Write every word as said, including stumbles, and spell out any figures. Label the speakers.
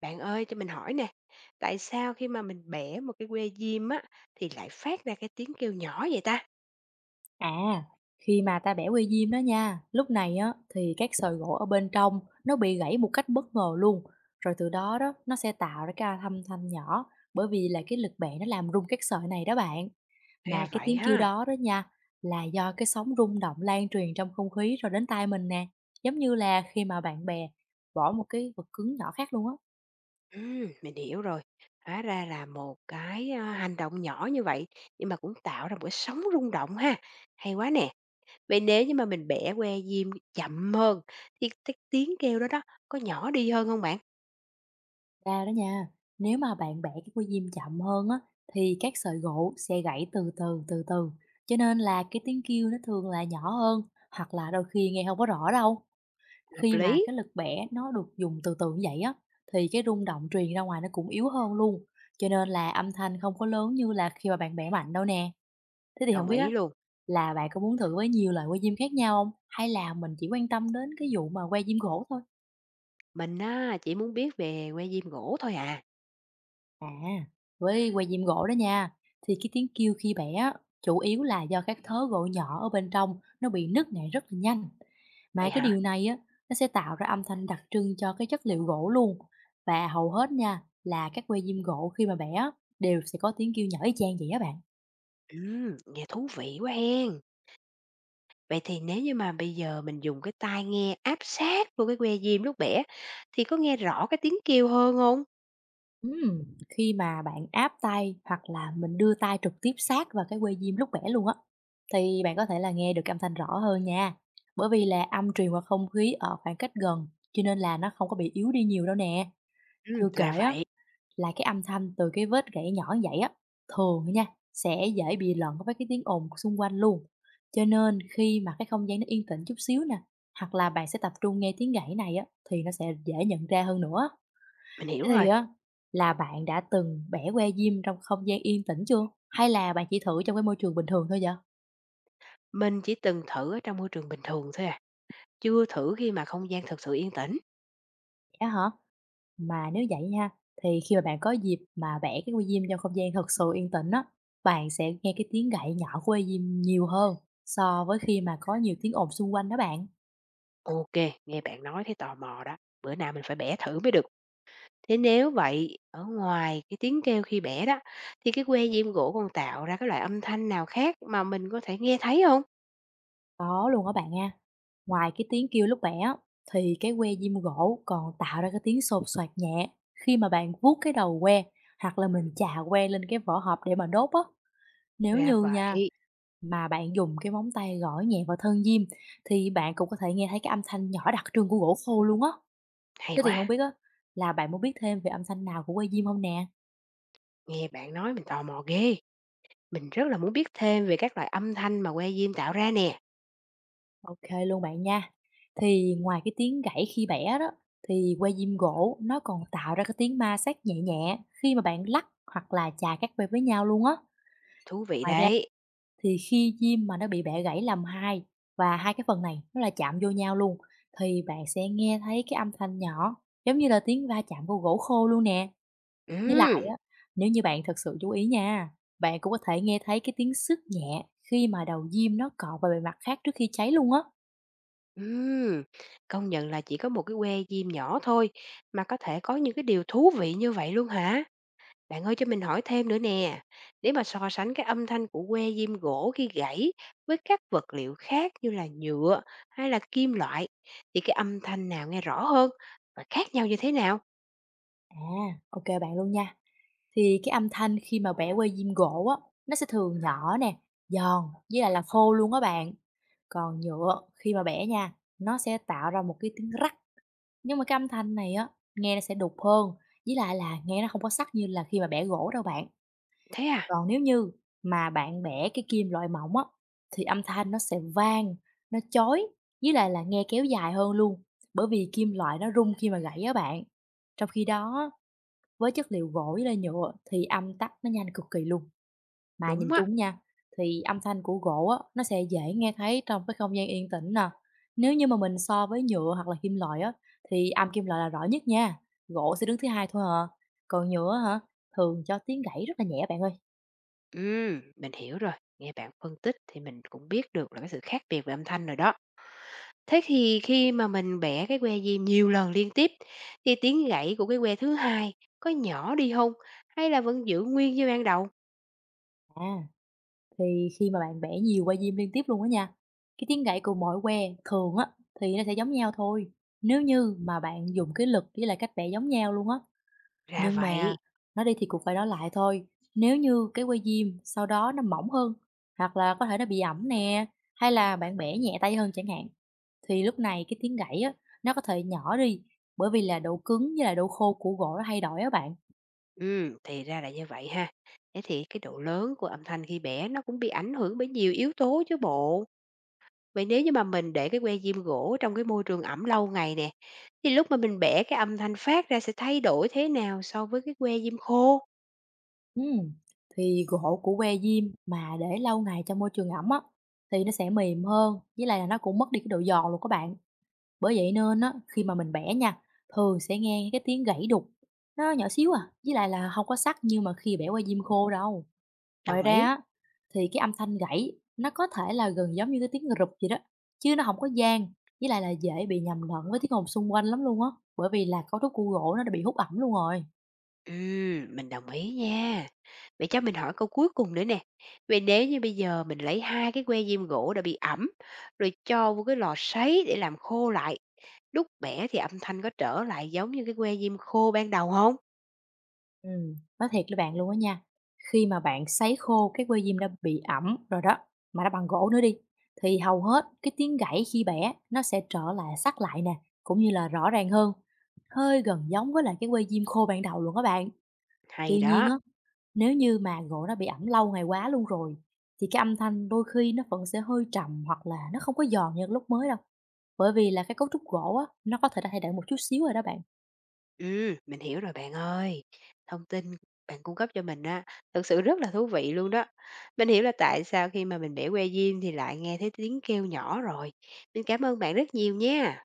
Speaker 1: Bạn ơi cho mình hỏi nè, tại sao khi mà mình bẻ một cái que diêm á thì lại phát ra cái tiếng kêu nhỏ vậy ta?
Speaker 2: À, khi mà ta bẻ que diêm đó nha, lúc này á thì các sợi gỗ ở bên trong nó bị gãy một cách bất ngờ luôn. Rồi từ đó đó nó sẽ tạo ra cái âm thanh nhỏ, bởi vì là cái lực bẻ nó làm rung các sợi này đó bạn.
Speaker 1: Ra
Speaker 2: Mà cái
Speaker 1: vậy
Speaker 2: tiếng kêu
Speaker 1: ha.
Speaker 2: đó đó nha, là do cái sóng rung động lan truyền trong không khí rồi đến tai mình nè. Giống như là khi mà bạn bè bỏ một cái vật cứng nhỏ khác luôn á.
Speaker 1: Ừm, mình hiểu rồi. Hóa ra là một cái à, hành động nhỏ như vậy nhưng mà cũng tạo ra một cái sóng rung động ha. Hay quá nè. Vậy nếu như mà mình bẻ que diêm chậm hơn thì cái tiếng kêu đó đó có nhỏ đi hơn không bạn?
Speaker 2: Ra đó nha, nếu mà bạn bẻ cái que diêm chậm hơn á, thì các sợi gỗ sẽ gãy từ từ từ từ, cho nên là cái tiếng kêu nó thường là nhỏ hơn, hoặc là đôi khi nghe không có rõ đâu.
Speaker 1: Hợp
Speaker 2: Khi mà
Speaker 1: lý.
Speaker 2: cái lực bẻ nó được dùng từ từ như vậy á, thì cái rung động truyền ra ngoài nó cũng yếu hơn luôn, cho nên là âm thanh không có lớn như là khi mà bạn bẻ mạnh đâu nè. Thế thì không
Speaker 1: Đồng
Speaker 2: biết
Speaker 1: ý
Speaker 2: á,
Speaker 1: luôn.
Speaker 2: là bạn có muốn thử với nhiều loại que diêm khác nhau không, hay là mình chỉ quan tâm đến cái vụ mà que diêm gỗ thôi?
Speaker 1: Mình á chỉ muốn biết về que diêm gỗ thôi à.
Speaker 2: À, với que diêm gỗ đó nha, thì cái tiếng kêu khi bẻ á, chủ yếu là do các thớ gỗ nhỏ ở bên trong nó bị nứt nẻ rất là nhanh. Mà
Speaker 1: Vậy
Speaker 2: cái
Speaker 1: hả?
Speaker 2: điều này á, nó sẽ tạo ra âm thanh đặc trưng cho cái chất liệu gỗ luôn. Và hầu hết nha, là các que diêm gỗ khi mà bẻ á, đều sẽ có tiếng kêu nhỏ y chang vậy á bạn.
Speaker 1: Ừm, nghe thú vị quá hen. Vậy thì nếu như mà bây giờ mình dùng cái tai nghe áp sát vô cái que diêm lúc bẻ thì có nghe rõ cái tiếng kêu hơn không?
Speaker 2: Ừm, khi mà bạn áp tay hoặc là mình đưa tay trực tiếp sát vào cái que diêm lúc bẻ luôn á, thì bạn có thể là nghe được âm thanh rõ hơn nha. Bởi vì là âm truyền qua không khí ở khoảng cách gần, cho nên là nó không có bị yếu đi nhiều đâu nè.
Speaker 1: Ừm,
Speaker 2: Chưa
Speaker 1: ra
Speaker 2: kể á,
Speaker 1: vậy,
Speaker 2: là cái âm thanh từ cái vết gãy nhỏ như vậy á, thường á nha, sẽ dễ bị lẫn với cái tiếng ồn xung quanh luôn. Cho nên khi mà cái không gian nó yên tĩnh chút xíu nè, hoặc là bạn sẽ tập trung nghe tiếng gãy này á, thì nó sẽ dễ nhận ra hơn nữa.
Speaker 1: mình hiểu
Speaker 2: Thế thì
Speaker 1: rồi.
Speaker 2: á, là bạn đã từng bẻ que diêm trong không gian yên tĩnh chưa? Hay là bạn chỉ thử trong cái môi trường bình thường thôi vậy? Vậy
Speaker 1: Mình chỉ từng thử ở trong môi trường bình thường thôi à, chưa thử khi mà không gian thực sự yên tĩnh.
Speaker 2: á hả? Mà nếu vậy nha, thì khi mà bạn có dịp mà bẻ cái que diêm trong không gian thật sự yên tĩnh á, bạn sẽ nghe cái tiếng gãy nhỏ của que diêm nhiều hơn so với khi mà có nhiều tiếng ồn xung quanh đó bạn.
Speaker 1: Ok, nghe bạn nói thấy tò mò đó, bữa nào mình phải bẻ thử mới được. Thế nếu vậy, ở ngoài cái tiếng kêu khi bẻ đó, thì cái que diêm gỗ còn tạo ra cái loại âm thanh nào khác mà mình có thể nghe thấy không?
Speaker 2: Có luôn á bạn nha. Ngoài cái tiếng kêu lúc bẻ á, thì cái que diêm gỗ còn tạo ra cái tiếng sột soạt nhẹ khi mà bạn vuốt cái đầu que, hoặc là mình chà que lên cái vỏ hộp để mà đốt á. Nếu
Speaker 1: Ra
Speaker 2: như nha
Speaker 1: vậy,
Speaker 2: Mà bạn dùng cái móng tay gõ nhẹ vào thân diêm, thì bạn cũng có thể nghe thấy cái âm thanh nhỏ đặc trưng của gỗ khô luôn á.
Speaker 1: hay
Speaker 2: Thế thì
Speaker 1: quá,
Speaker 2: không biết á, là bạn muốn biết thêm về âm thanh nào của que diêm không nè?
Speaker 1: nghe bạn nói mình tò mò ghê. Mình rất là muốn biết thêm về các loại âm thanh mà que diêm tạo ra nè.
Speaker 2: Ok luôn bạn nha. Thì ngoài cái tiếng gãy khi bẻ đó, thì que diêm gỗ nó còn tạo ra cái tiếng ma sát nhẹ nhẹ khi mà bạn lắc hoặc là chà các que với nhau luôn á.
Speaker 1: Thú vị
Speaker 2: Ngoài ra,
Speaker 1: đấy.
Speaker 2: thì khi diêm mà nó bị bẻ gãy làm hai, và hai cái phần này nó là chạm vô nhau luôn, thì bạn sẽ nghe thấy cái âm thanh nhỏ, giống như là tiếng va chạm của gỗ khô luôn nè. Với lại
Speaker 1: Ừm,
Speaker 2: á, nếu như bạn thật sự chú ý nha, bạn cũng có thể nghe thấy cái tiếng xước nhẹ khi mà đầu diêm nó cọ vào bề mặt khác trước khi cháy luôn á.
Speaker 1: ừm. Công nhận là chỉ có một cái que diêm nhỏ thôi mà có thể có những cái điều thú vị như vậy luôn hả? Bạn ơi cho mình hỏi thêm nữa nè. Nếu mà so sánh cái âm thanh của que diêm gỗ khi gãy với các vật liệu khác như là nhựa hay là kim loại thì cái âm thanh nào nghe rõ hơn và khác nhau như thế nào?
Speaker 2: À, ok bạn luôn nha. Thì cái âm thanh khi mà bẻ que diêm gỗ á, nó sẽ thường nhỏ nè, giòn, với lại là khô luôn á bạn. Còn nhựa khi mà bẻ nha, nó sẽ tạo ra một cái tiếng rắc. Nhưng mà cái âm thanh này á, nghe nó sẽ đục hơn, với lại là nghe nó không có sắc như là khi mà bẻ gỗ đâu bạn.
Speaker 1: Thế à?
Speaker 2: Còn nếu như mà bạn bẻ cái kim loại mỏng á, thì âm thanh nó sẽ vang, nó chói, với lại là nghe kéo dài hơn luôn, bởi vì kim loại nó rung khi mà gãy á bạn. Trong khi đó, với chất liệu gỗ với lại nhựa thì âm tắc nó nhanh cực kỳ luôn. Mà nhìn
Speaker 1: Đúng á.
Speaker 2: chung nha, thì âm thanh của gỗ á, nó sẽ dễ nghe thấy trong cái không gian yên tĩnh nè. Nếu như mà mình so với nhựa hoặc là kim loại á, thì âm kim loại là rõ nhất nha. Gỗ sẽ đứng thứ hai thôi à. Còn nhựa hả, thường cho tiếng gãy rất là nhẹ bạn ơi.
Speaker 1: Ừm, mình hiểu rồi. Nghe bạn phân tích thì mình cũng biết được là cái sự khác biệt về âm thanh rồi đó. Thế thì khi mà mình bẻ cái que diêm nhiều lần liên tiếp thì tiếng gãy của cái que thứ hai có nhỏ đi không hay là vẫn giữ nguyên như ban đầu?
Speaker 2: À, thì khi mà bạn vẽ nhiều que diêm liên tiếp luôn á nha, cái tiếng gãy của mỗi que, thường á, thì nó sẽ giống nhau thôi. Nếu như mà bạn dùng cái lực với lại cách vẽ giống nhau luôn á.
Speaker 1: Ra
Speaker 2: Nhưng mà
Speaker 1: vậy.
Speaker 2: nó đi thì cũng phải nói lại thôi. Nếu như cái que diêm sau đó nó mỏng hơn, hoặc là có thể nó bị ẩm nè, hay là bạn bẻ nhẹ tay hơn chẳng hạn, thì lúc này cái tiếng gãy á, nó có thể nhỏ đi, bởi vì là độ cứng với lại độ khô của gỗ nó thay đổi á bạn.
Speaker 1: Ừm, thì ra là như vậy ha. Thế thì cái độ lớn của âm thanh khi bẻ nó cũng bị ảnh hưởng bởi nhiều yếu tố chứ bộ. Vậy nếu như mà mình để cái que diêm gỗ trong cái môi trường ẩm lâu ngày nè, thì lúc mà mình bẻ cái âm thanh phát ra sẽ thay đổi thế nào so với cái que diêm khô?
Speaker 2: Ừm, Thì gỗ của que diêm mà để lâu ngày trong môi trường ẩm á, thì nó sẽ mềm hơn, với lại là nó cũng mất đi cái độ giòn luôn các bạn. Bởi vậy nên á, khi mà mình bẻ nha, thường sẽ nghe cái tiếng gãy đục, nó nhỏ xíu à, với lại là không có sắc như mà khi bẻ qua diêm khô đâu. Ngoài
Speaker 1: Đồng
Speaker 2: ra
Speaker 1: ý.
Speaker 2: á, thì cái âm thanh gãy nó có thể là gần giống như cái tiếng rụp vậy đó, chứ nó không có vang, với lại là dễ bị nhầm lẫn với tiếng ồn xung quanh lắm luôn á, bởi vì là cấu trúc của gỗ nó đã bị hút ẩm luôn rồi.
Speaker 1: Ừm, mình đồng ý nha. Vậy cho mình hỏi câu cuối cùng nữa nè. Vậy nếu như bây giờ mình lấy hai cái que diêm gỗ đã bị ẩm, rồi cho vô cái lò sấy để làm khô lại, lúc bẻ thì âm thanh có trở lại giống như cái que diêm khô ban đầu không?
Speaker 2: Ừm, nói thiệt với bạn luôn á nha, khi mà bạn sấy khô cái que diêm đã bị ẩm rồi đó, mà nó bằng gỗ nữa đi, thì hầu hết cái tiếng gãy khi bẻ nó sẽ trở lại sắc lại nè, cũng như là rõ ràng hơn, hơi gần giống với lại cái que diêm khô ban đầu luôn á bạn.
Speaker 1: Hay
Speaker 2: Tuy nhiên
Speaker 1: đó.
Speaker 2: á, nếu như mà gỗ nó bị ẩm lâu ngày quá luôn rồi, thì cái âm thanh đôi khi nó vẫn sẽ hơi trầm, hoặc là nó không có giòn như lúc mới đâu. Bởi vì là cái cấu trúc gỗ á, nó có thể đã thay đổi một chút xíu rồi đó bạn.
Speaker 1: Ừm, mình hiểu rồi bạn ơi. Thông tin bạn cung cấp cho mình á, thực sự rất là thú vị luôn đó. Mình hiểu là tại sao khi mà mình bẻ que diêm thì lại nghe thấy tiếng kêu nhỏ rồi. Mình cảm ơn bạn rất nhiều nha.